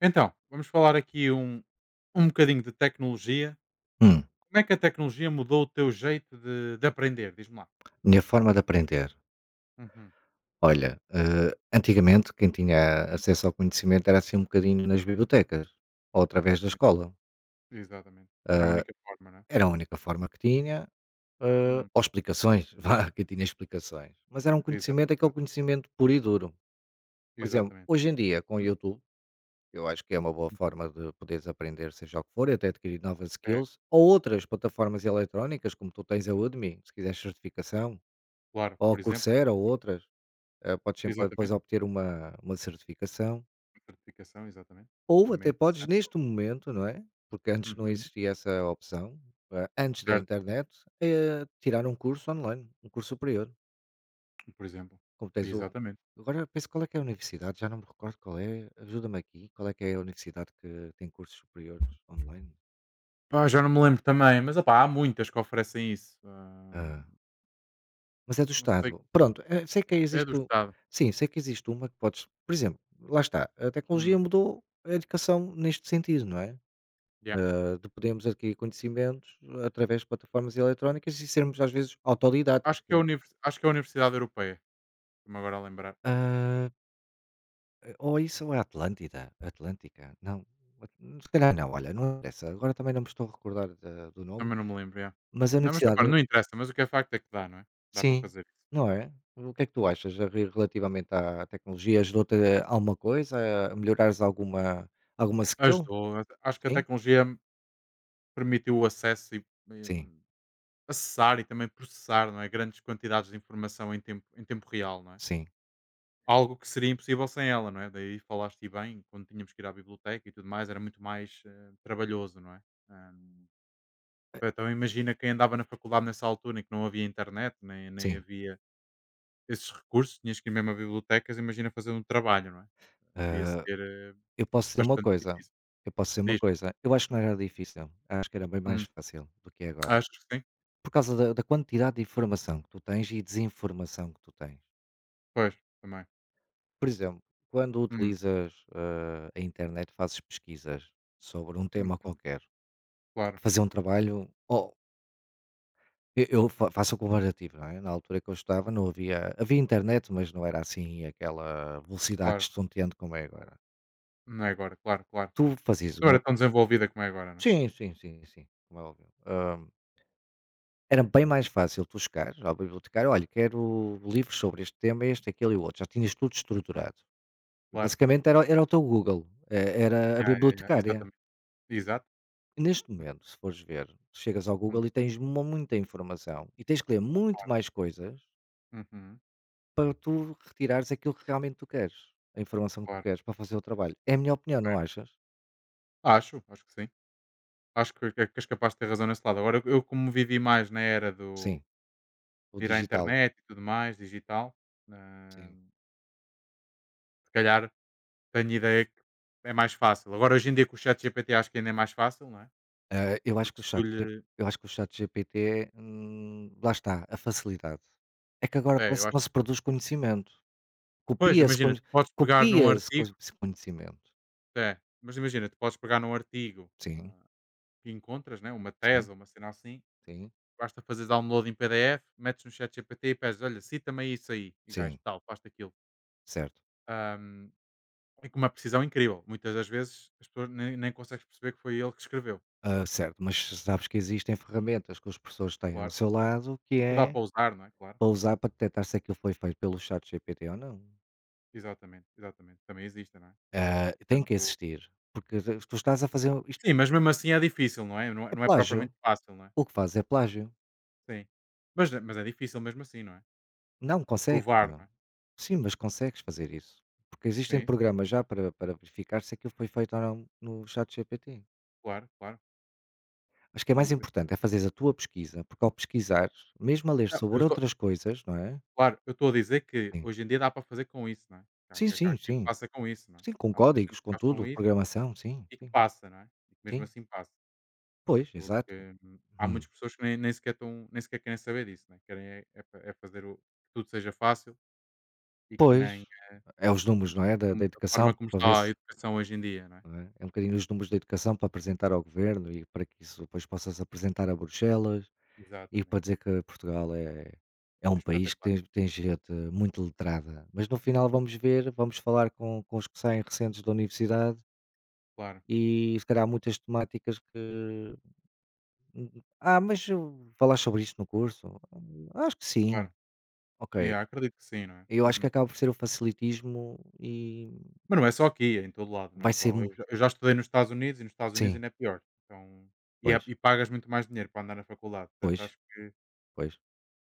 Então, vamos falar aqui um bocadinho de tecnologia. Hum, Como é que a tecnologia mudou o teu jeito de aprender? Diz-me lá. minha forma de aprender. Uhum. Olha, antigamente quem tinha acesso ao conhecimento era assim um bocadinho nas bibliotecas ou através da Exatamente. escola. Exatamente. Era a única forma, não é? Era a única forma que tinha, Hum, ou explicações, vá, que tinha explicações. Mas era um exa- conhecimento, aquele exa- conhecimento puro e duro. Por exemplo, Exatamente. hoje em dia com o Uhum. YouTube, eu acho que é uma boa forma de poderes aprender seja o que for, e até adquirir novas É, skills, ou outras plataformas eletrónicas, como tu tens a Udemy, se quiseres certificação, claro, ou a por exemplo. Coursera ou outras. Podes sempre depois Exatamente. obter uma certificação, A certificação, exatamente. ou Também é até podes interessante. neste momento, não é, porque antes não Uhum. existia essa opção, antes da Certo, internet, tirar um curso online, um curso superior, por exemplo. como tens o Exatamente. agora penso qual é que é a universidade, já não me recordo qual é, ajuda-me aqui, qual é que é a universidade que tem cursos superiores online? Pá, já não me lembro também, mas opá, há muitas que oferecem isso. Ah, Ah, mas é do não sei. Estado. Pronto, sei que É do existe o Estado. sim, sei que existe uma que podes por exemplo, lá está, a tecnologia Hum, mudou a educação neste sentido, não é? yeah. De podermos adquirir conhecimentos através de plataformas eletrónicas e sermos às vezes autodidatas. acho, que Que é a é. univers- acho que é a Universidade Europeia. Estou-me agora a lembrar. Ah, ou isso ou é Atlântida, Atlântica, não, at- se calhar não, olha, não interessa, agora também não me estou a recordar do nome, Também não me lembro, yeah. mas a Não, mas universidade, repara, não interessa, mas o que é facto é que dá, não é? Dá para sim, fazer isso. não é? O que é que tu achas a relativamente à tecnologia? Ajudou-te a alguma coisa, a melhorares alguma, alguma skill? Ajudou. Acho que a Sim, tecnologia permitiu o acesso e sim, acessar e também processar, não é? Grandes quantidades de informação em tempo real, não é? sim, Algo que seria impossível sem ela, não é? Daí falaste bem, quando tínhamos que ir à biblioteca e tudo mais, era muito mais trabalhoso, não é? Ah, então imagina quem andava na faculdade nessa altura em que não havia internet, nem sim. havia esses recursos. Tinhas que ir mesmo a bibliotecas, imagina fazer um trabalho, não é? Devia Ah, ser, eu posso dizer uma bastante coisa, difícil. eu posso dizer uma Diz. coisa, eu acho que não era difícil, acho que era bem mais Hum. fácil do que é agora. Achas que sim? Por causa da quantidade de informação que tu tens e desinformação que tu tens. Pois, também. Por exemplo, quando Hum, utilizas a internet, fazes pesquisas sobre um tema hum. qualquer, Claro, fazer um trabalho, ou faço o comparativo, não é? Na altura que eu estava não havia, havia internet, mas não era assim aquela velocidade claro. estonteante como é agora. Não é agora, claro, claro. Tu fazias Não uma. era tão desenvolvida como é agora, não é? Sim, sim, sim, sim, como é óbvio. Era bem mais fácil tu chegares ao bibliotecário: "Olha, quero livros sobre este tema, este, aquele e o outro", já tinhas tudo Uhum. estruturado. Claro. Basicamente era o teu Google, era a Ya, ya, ya. bibliotecária. Exatamente. Exato. E neste momento, se fores ver, tu chegas ao Uhum, Google e tens mu muita informação e tens que ler muito mais coisas uhum. para tu retirares aquilo que realmente tu queres, a informação que tu Claro. queres para fazer o trabalho. É a minha opinião, não achas? Acho que sim. Acho que és capaz de ter razão nesse lado. Agora eu como vivi mais na era do Sim, o de ir à digital, internet e tudo mais, digital, hã, sim. se calhar tenho ideia que é mais fácil. Agora, hoje em dia, com o ChatGPT, acho que ainda é mais fácil, não é? Ah, eu acho Porque que o se tu lhe. Chat GPT, lá está, a facilidade. É que agora É, eu parece que acho. não se produz conhecimento. Pois, Copia-se imagina, con tu podes pegar num copia-se cos artigo. conhecimento. É, mas imagina, tu podes pegar num artigo Sim, ah, que encontras, né? Uma sim, tese ou uma cena assim. sim, Basta fazer download em PDF, metes no ChatGPT e pedes, olha, cita-me aí isso aí. E o gajo, sim, tal, faz aquilo. certo. Ahm, e com uma precisão incrível. Muitas das vezes as pessoas nem consegues perceber que foi ele que escreveu. Ah, Ah, certo, mas sabes que existem ferramentas que os professores têm ao claro. seu lado, que Que dá é para usar, não é? Claro. para usar para detectar se aquilo foi feito pelo chat GPT ou não. Exatamente, exatamente. Também existe, não é? Claro. Ah, tem que Portanto, existir, porque tu estás a fazer um, Sim, isto mas mesmo assim é difícil, não é? Não é é não é plágio. propriamente fácil, não é? O que faz é plágio. Sim. Mas é difícil mesmo assim, não é? Não consegue. Provar, não é? Sim, mas consegues fazer isso, porque existem Sim, sim, programas sim. já para verificar se aquilo foi feito ou não no ChatGPT. Claro, claro, Acho que é sem mais dúvida. importante é fazeres a tua pesquisa, porque ao pesquisar mesmo a ler Não, eu sobre estou outras coisas, não é? claro, eu estou a dizer que Sim. hoje em dia dá para fazer com isso, não é? Que há Sim, que sim, há quem sim. faça com isso, não é? Sim, com Há muita gente códigos, que com faz com tudo, isso programação, sim, e que sim, passa, não é? E que mesmo sim. assim passa, Pois, exato. porque há Hum. muitas pessoas que nem sequer querem saber disso, não é? Querem é é fa é fazer o que tudo seja fácil e que Pois, nem é os números, não é, da como a forma educação como para ver está a se educação hoje em dia, não é? não é? É um bocadinho os números da educação para apresentar ao governo e para que isso depois possas apresentar a Bruxelas. E para Exatamente. dizer que Portugal é, é É um país que espetacular, tem, gente muito letrada. Mas no final vamos ver, vamos falar com os que saem recentes da universidade claro. e se calhar muitas temáticas que. "Hum, Ah, mas falar sobre isto no curso? " Acho que sim. Claro. Ok. Yeah, acredito que sim, não é? Eu acho que Uhum. acaba por ser o facilitismo e Mas não é só aqui, é em todo lado, não é vai ser. só. Eu já estudei nos Estados Unidos e nos Estados Unidos Sim, ainda é pior. Então, e, é- pois, e pagas muito mais dinheiro para andar na faculdade. Portanto, pois, acho que, pois.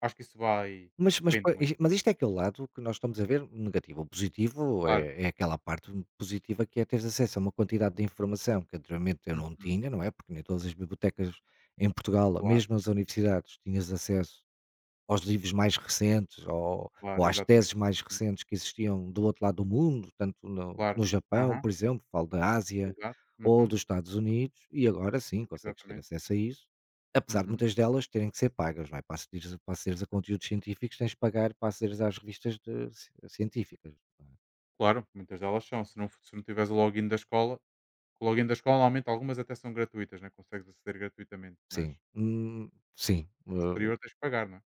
acho que isso vai. Mas Depende pa muito. is mas isto é aquele lado que nós estamos a ver negativo. O positivo Claro. é aquela parte positiva que é teres acesso a uma quantidade de informação que anteriormente eu não Uhum. tinha, não é, porque nem todas as bibliotecas em Portugal, Claro, mesmo as universidades, tinhas acesso aos livros mais recentes ou, claro, às teses exatamente. mais Uhum. recentes que existiam do outro lado do mundo, tanto no, Claro. no Japão, Aham, por exemplo, falo da Ásia exato. ou Uhum. dos Estados Unidos, e agora sim consegues ter Exatamente. acesso a isso, apesar de Uhum. muitas delas terem que ser pagas, não é? Para acederes a conteúdos científicos tens de pagar para acederes às revistas de científicas. Não é? Claro, muitas delas são. Se não, se não tiveres o login da escola, normalmente algumas até são gratuitas, né? Consegues aceder gratuitamente, mas Sim, sim. No tens que pagar, não é?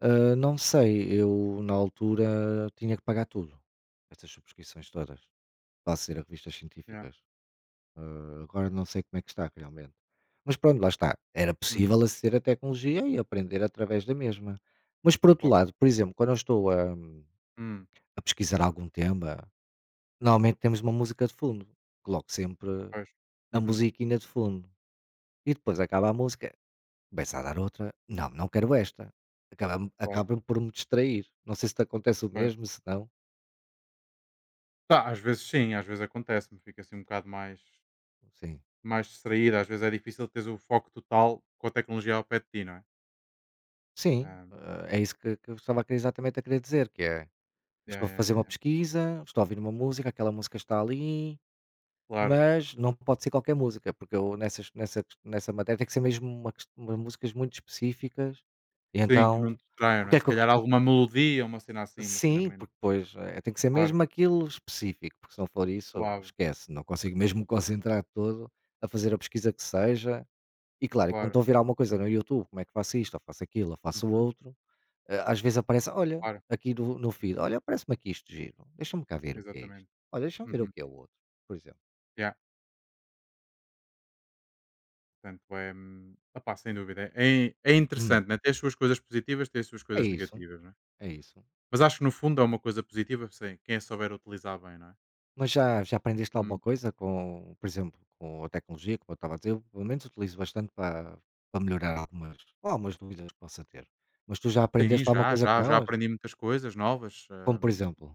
Ah, não sei, eu na altura tinha que pagar tudo, essas subscrições todas, para aceder a revistas Yeah. científicas. Agora não sei como é que está realmente. Mas pronto, lá está. Era Uhum. possível aceder à tecnologia e aprender através da mesma. Mas por outro Claro. lado, por exemplo, quando eu estou a, Hum. a pesquisar algum tema, normalmente temos uma música de fundo. Coloco sempre Pois. a Uhum. musiquinha de fundo. E depois acaba a música, começa a dar outra. Não, não quero esta. Acaba, Claro, acaba por me distrair. Não sei se te acontece o pois. mesmo, se não. Tá, às vezes sim, às vezes acontece-me, fico assim um bocado mais Sim. mais distraído, às vezes é difícil teres o foco total com a tecnologia ao pé de ti, não é? Sim, Hã, é isso que eu estava a exatamente a querer dizer, que é. yeah, Estou a yeah, fazer yeah, uma yeah. pesquisa, estou a ouvir uma música, aquela música está ali, Claro. mas não pode ser qualquer música, porque eu nessa matéria tem que ser mesmo uma músicas muito específicas, e Sim, que não então, te distraiam, o não que é? é Se que eu calhar alguma melodia, uma cena assim, uma cena sim, menos porque depois, tem que ser claro, mesmo aquilo específico, porque se não for isso, suave, esquece, não consigo mesmo me concentrar todo a fazer a pesquisa que seja. E claro, e quando claro. estou a ouvir alguma coisa no YouTube, como é que faço isto, ou faço aquilo, ou faço o Uhum. outro, às vezes aparece: "Olha, Claro, aqui no feed, olha, aparece-me aqui isto giro, deixa-me cá ver o que é isto. exatamente. Olha, deixa-me ver o Uhum. que é o outro", por exemplo. Yeah. Portanto é, opá, sem dúvida, é Hum. interessante, né, tem as suas coisas positivas, tem as suas É coisas isso, negativas, não é? é isso. Mas acho que no fundo é uma coisa positiva, sim, quem a souber utilizar bem, não é? Mas já aprendeste alguma Hum. coisa com, por exemplo, com a tecnologia, como eu estava a dizer? Eu, pelo menos, utilizo bastante para melhorar algumas dúvidas que possa ter. Mas tu já Sim, aprendeste alguma já, coisa já, com já elas? aprendi muitas coisas novas, Como, por exemplo,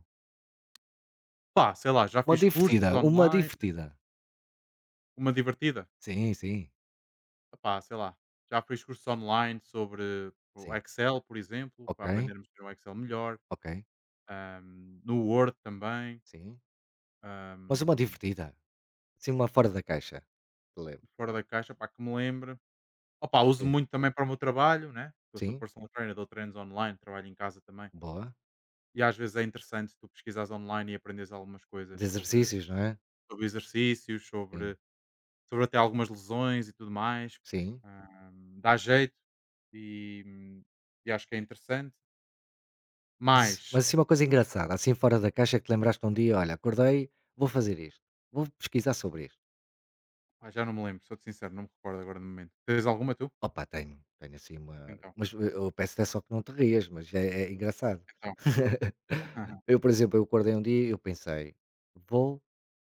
pá, sei lá, já uma fiz cursos divertida, uma online, divertida. uma divertida, Sim, sim, epá, sei lá, já fiz cursos online sobre o sim. Excel, por exemplo, Ok, para aprendermos a ter um Excel melhor, ok, no Word também, sim. Mas uma hum, divertida, sim uma fora da caixa, que te lembres? fora da caixa, pá, que me lembre. Opa, uso muito também para o meu trabalho, né? Eu sou Sim, personal trainer, dou treinos online, trabalho em casa também. boa. E às vezes é interessante tu pesquisares online e aprendes algumas De coisas sobre, exercícios, não é? sobre exercícios, Sim, sobre até algumas lesões e tudo mais. sim. Ah, dá jeito e, hum, e acho que é interessante. Mas Mas, assim uma coisa engraçada, assim fora da caixa que te lembraste um dia: "Olha, acordei, vou fazer isto, vou pesquisar sobre isto". pá, já não me lembro, sou-te sincero, não me recordo agora no momento. Tens alguma tu? Opa, tenho assim uma Então, mas eu peço é só que não te rias, mas é engraçado. então. Eu, por exemplo, eu acordei um dia e eu pensei: "Vou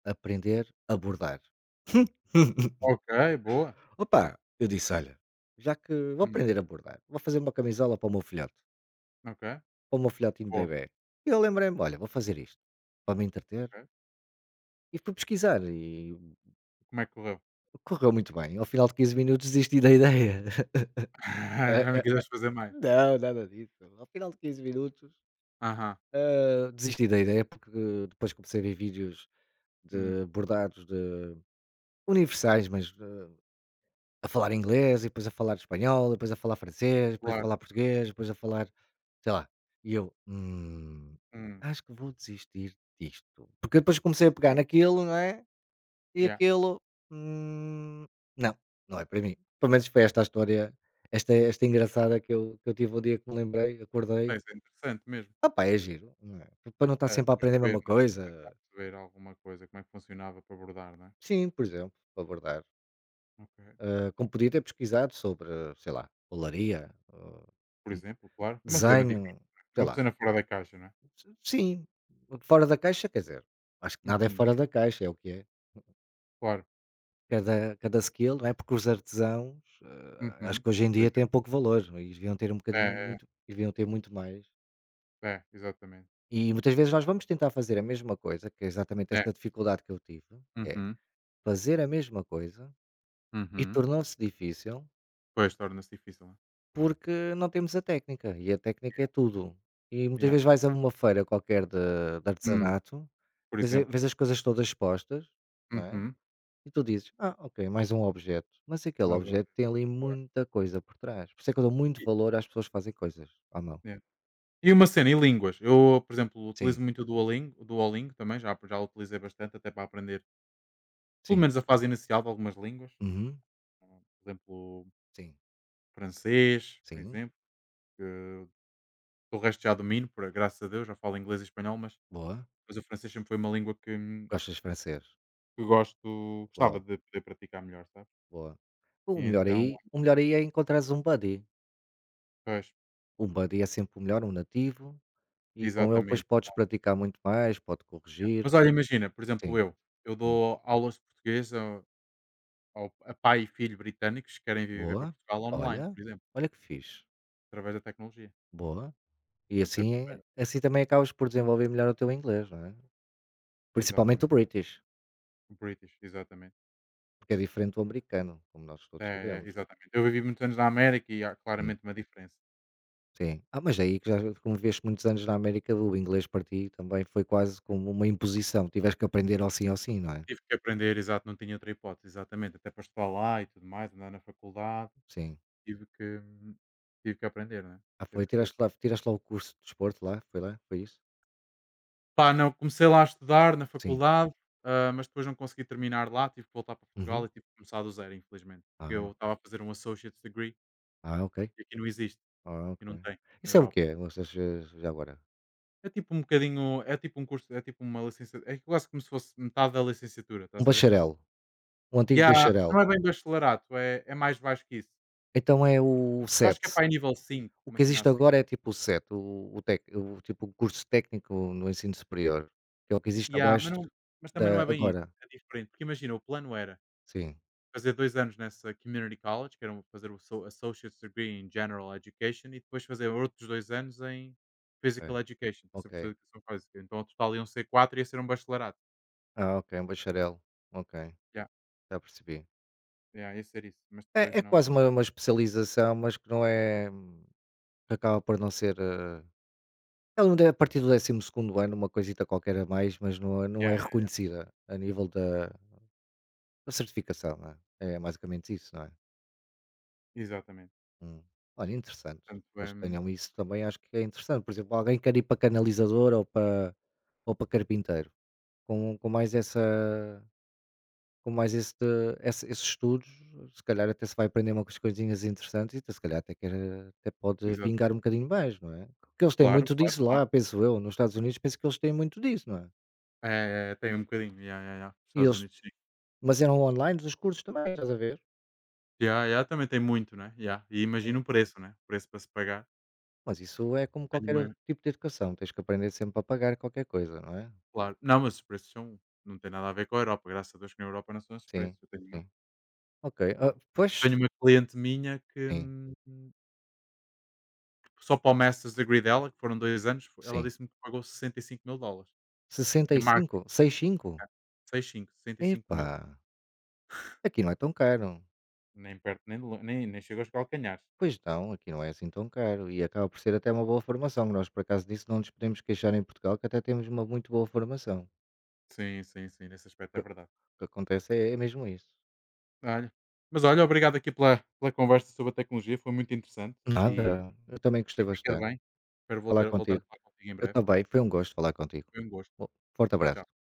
aprender a bordar". Ok, boa. Opa, eu disse: "Olha, já que vou Hum, aprender a bordar, vou fazer uma camisola para o meu filhote". ok, Para o meu filhotinho de boa, bebê. E eu lembrei-me: "Olha, vou fazer isto, para me entreter", ok. e fui pesquisar e Como é que correu? correu muito bem. Ao final de 15 minutos desisti da ideia. Ah Já não ah quiseste fazer mais. não, nada disso. Ao final de 15 minutos, Aham. Desisti da ideia, porque depois comecei a ver vídeos Hum, de bordados de universais, mas, a falar inglês e depois a falar espanhol, e depois a falar francês, e depois a claro. falar português, e depois a falar sei lá. E eu: "Hum, Hum, acho que vou desistir disto". Porque depois comecei a pegar claro. naquilo, não é? E Yeah. aquilo, hum, não, não é para mim. Pelo menos foi esta a história, esta engraçada que eu tive o dia que me lembrei, acordei. Pois é interessante mesmo. Opá, é giro, não é? Para não estar É, sempre a aprender a perceber, mesma né? Tentar coisa. perceber alguma coisa, como é que funcionava para abordar, né? Sim, por exemplo, para bordar. Ok. Ah, como podia ter pesquisado sobre, sei lá, olaria, ah, Por em exemplo, claro. Uma cena desenho, diferente, sei não é, uma lá. cena fora da caixa, não é? S sim, fora da caixa, quer dizer, acho que nada é Uhum. fora da caixa, é o que é. Claro. Cada skill, não é, porque os artesãos, acho Uhum. que hoje em Por dia têm exemplo. pouco valor não é? E deviam ter um É, bocadinho é, muito é. deviam ter muito mais. É, exatamente. E muitas vezes nós vamos tentar fazer a mesma coisa, que é exatamente É. essa dificuldade que eu tive, é Uhum, fazer a mesma coisa e uhum. tornou-se difícil, Pois, torna-se difícil, não é? porque não temos a técnica e a técnica é tudo. E muitas Yeah. vezes vais a uma feira qualquer de Hum, artesanato, por vês a exemplo. vês as coisas todas expostas, não é? Uhum. E tu dizes: "Ah, ok, mais um objeto", mas aquele Mais uma vez, objeto tem ali claro. muita coisa por trás. Por isso é que eu dou muito E valor às pessoas que fazem coisas à mão. yeah. E uma cena, e línguas? Eu, por exemplo, utilizo Sim, muito o Duolingo também, já o utilizei bastante até para aprender, pelo sim. menos a fase inicial de algumas línguas. Uhum. Ah, por exemplo, Sim, francês, por sim. exemplo, que o resto já domino, por graças a Deus, já falo inglês e espanhol, mas Boa. Mas o francês sempre foi uma língua Gostas de francês. que gosto gostava Boa, de poder praticar melhor, sabes? boa. O E melhor então aí o melhor aí é encontrares um buddy. pois, Um buddy é sempre o melhor, um nativo, e com ele depois exatamente, podes praticar muito mais, pode yeah. corrigir. Mas olha, imagina, por exemplo, Sim. eu Hum. dou aulas de português a pai e filho britânicos que querem viver para Boa. Portugal online, Olha, por exemplo, olha que fixe. através da tecnologia. Boa. E Portanto, é assim porreiro. assim também acabas por desenvolver melhor o teu inglês, não é? Principalmente o Exatamente. British, British, exatamente. porque é diferente do americano, como nós todos É, sabemos. exatamente. Eu vivi muitos anos na América e há Sim, claramente uma diferença. sim. Ah, mas é aí que já como viveste muitos anos na América, o inglês para ti também foi quase como uma imposição, tiveste que aprender ao sim, não é? Tive que aprender, exato, não tinha outra hipótese, exatamente, até para estudar lá e tudo mais, andar na faculdade. Sim. Tive que aprender, né, Ah, teve foi, que ser. tiraste lá o curso de desporto lá, foi isso? Pá, não, comecei lá a estudar na Sim. faculdade, mas depois não consegui terminar lá, tive que voltar para Portugal Uhum. e tive que começar do zero, infelizmente, porque Ah, eu estava a fazer um Associate's Degree ah, ok. e aqui não existe, Ah, aqui ok. não tem, na Isso é o Europa. quê? Vocês, já agora? É tipo um bocadinho, é tipo um curso, é tipo uma licença, é quase como se fosse metade da licenciatura, Um estás a ver? bacharel, um E antigo há bacharel. Não é bem bacharelato, é mais baixo que isso. Então é o Eu acho que é 7. para aí nível 5, O uma que cena existe assim. agora é tipo o CET, o tec o tipo o curso técnico no ensino superior, que é o que existe E há abaixo mas não mas também não da é bem isso, agora. é diferente, porque imagina, o plano era Sim, fazer 2 anos nessa community college, que era fazer o associate's degree in general education e depois fazer outros 2 anos em é, physical education, para ser ok. professor de educação física. Então, ao total iam ser 4 e ia ser um bacharelado. Ah, ok, um bacharel, ok, Yeah, já percebi. yeah, ia ser isso, mas É depois é não. quase uma especialização, mas que não é que acaba por não ser, ela não deve a partir do 12.º ano, uma coisita qualquer a mais, mas não é não Yeah, é reconhecida a nível da certificação, não é? É basicamente isso, não é? exatamente. Hum. Olha, interessante. Portanto, Eles tenham isso também, acho que é interessante. Por exemplo, alguém quer ir para canalizador ou para carpinteiro. Com mais essa. Com mais este esses estudos, se calhar até se vai aprender umas coisinhas interessantes e até se calhar até, quer, até pode vingar exatamente. um bocadinho mais, não é? Porque eles têm Claro, muito claro, disso claro. lá, penso eu, nos Estados Unidos, penso que eles têm muito disso, não é? É, é, é, tem um bocadinho. Yeah, yeah, yeah. Os E Estados eles, Unidos, sim. mas eram online os cursos também, estás a ver? Yeah, yeah, também tem muito, né, yeah. E imagina Sim. o preço, né, o preço para se pagar. Mas isso é como Tenho qualquer outro uma tipo de educação, tens que aprender sempre a pagar qualquer coisa, não é? claro. Não, mas os preços são não tem nada a ver com a Europa, graças a Deus que na Europa não são esses Sim, preços. Eu tenho uma sim. Ok, ah, pois, tenho uma cliente minha que, sim, só para o Masters Degree dela, que foram 2 anos, fo ela sim. disse-me que pagou 65.000 dólares em marketing, 65? 6,5? ah, 65, 65.000, Epá, aqui não é tão caro. nem perto nem de lo nem nem chegou aos calcanhares. Pois não, aqui não é assim tão caro e acaba por ser até uma boa formação. Nós, por acaso disso, não nos podemos queixar em Portugal, que até temos uma muito boa formação. Sim, sim, sim, nesse O aspecto que, é o verdade. que acontece é, é mesmo isso. Olha, mas olha, obrigado aqui pela conversa sobre a tecnologia, foi muito interessante e Nada, eu também gostei e fica bastante bem. de Espero falar voltar a contigo. falar contigo em Eu breve. também, foi um gosto falar contigo. Foi um gosto. Bom, forte Tchau, abraço. tchau.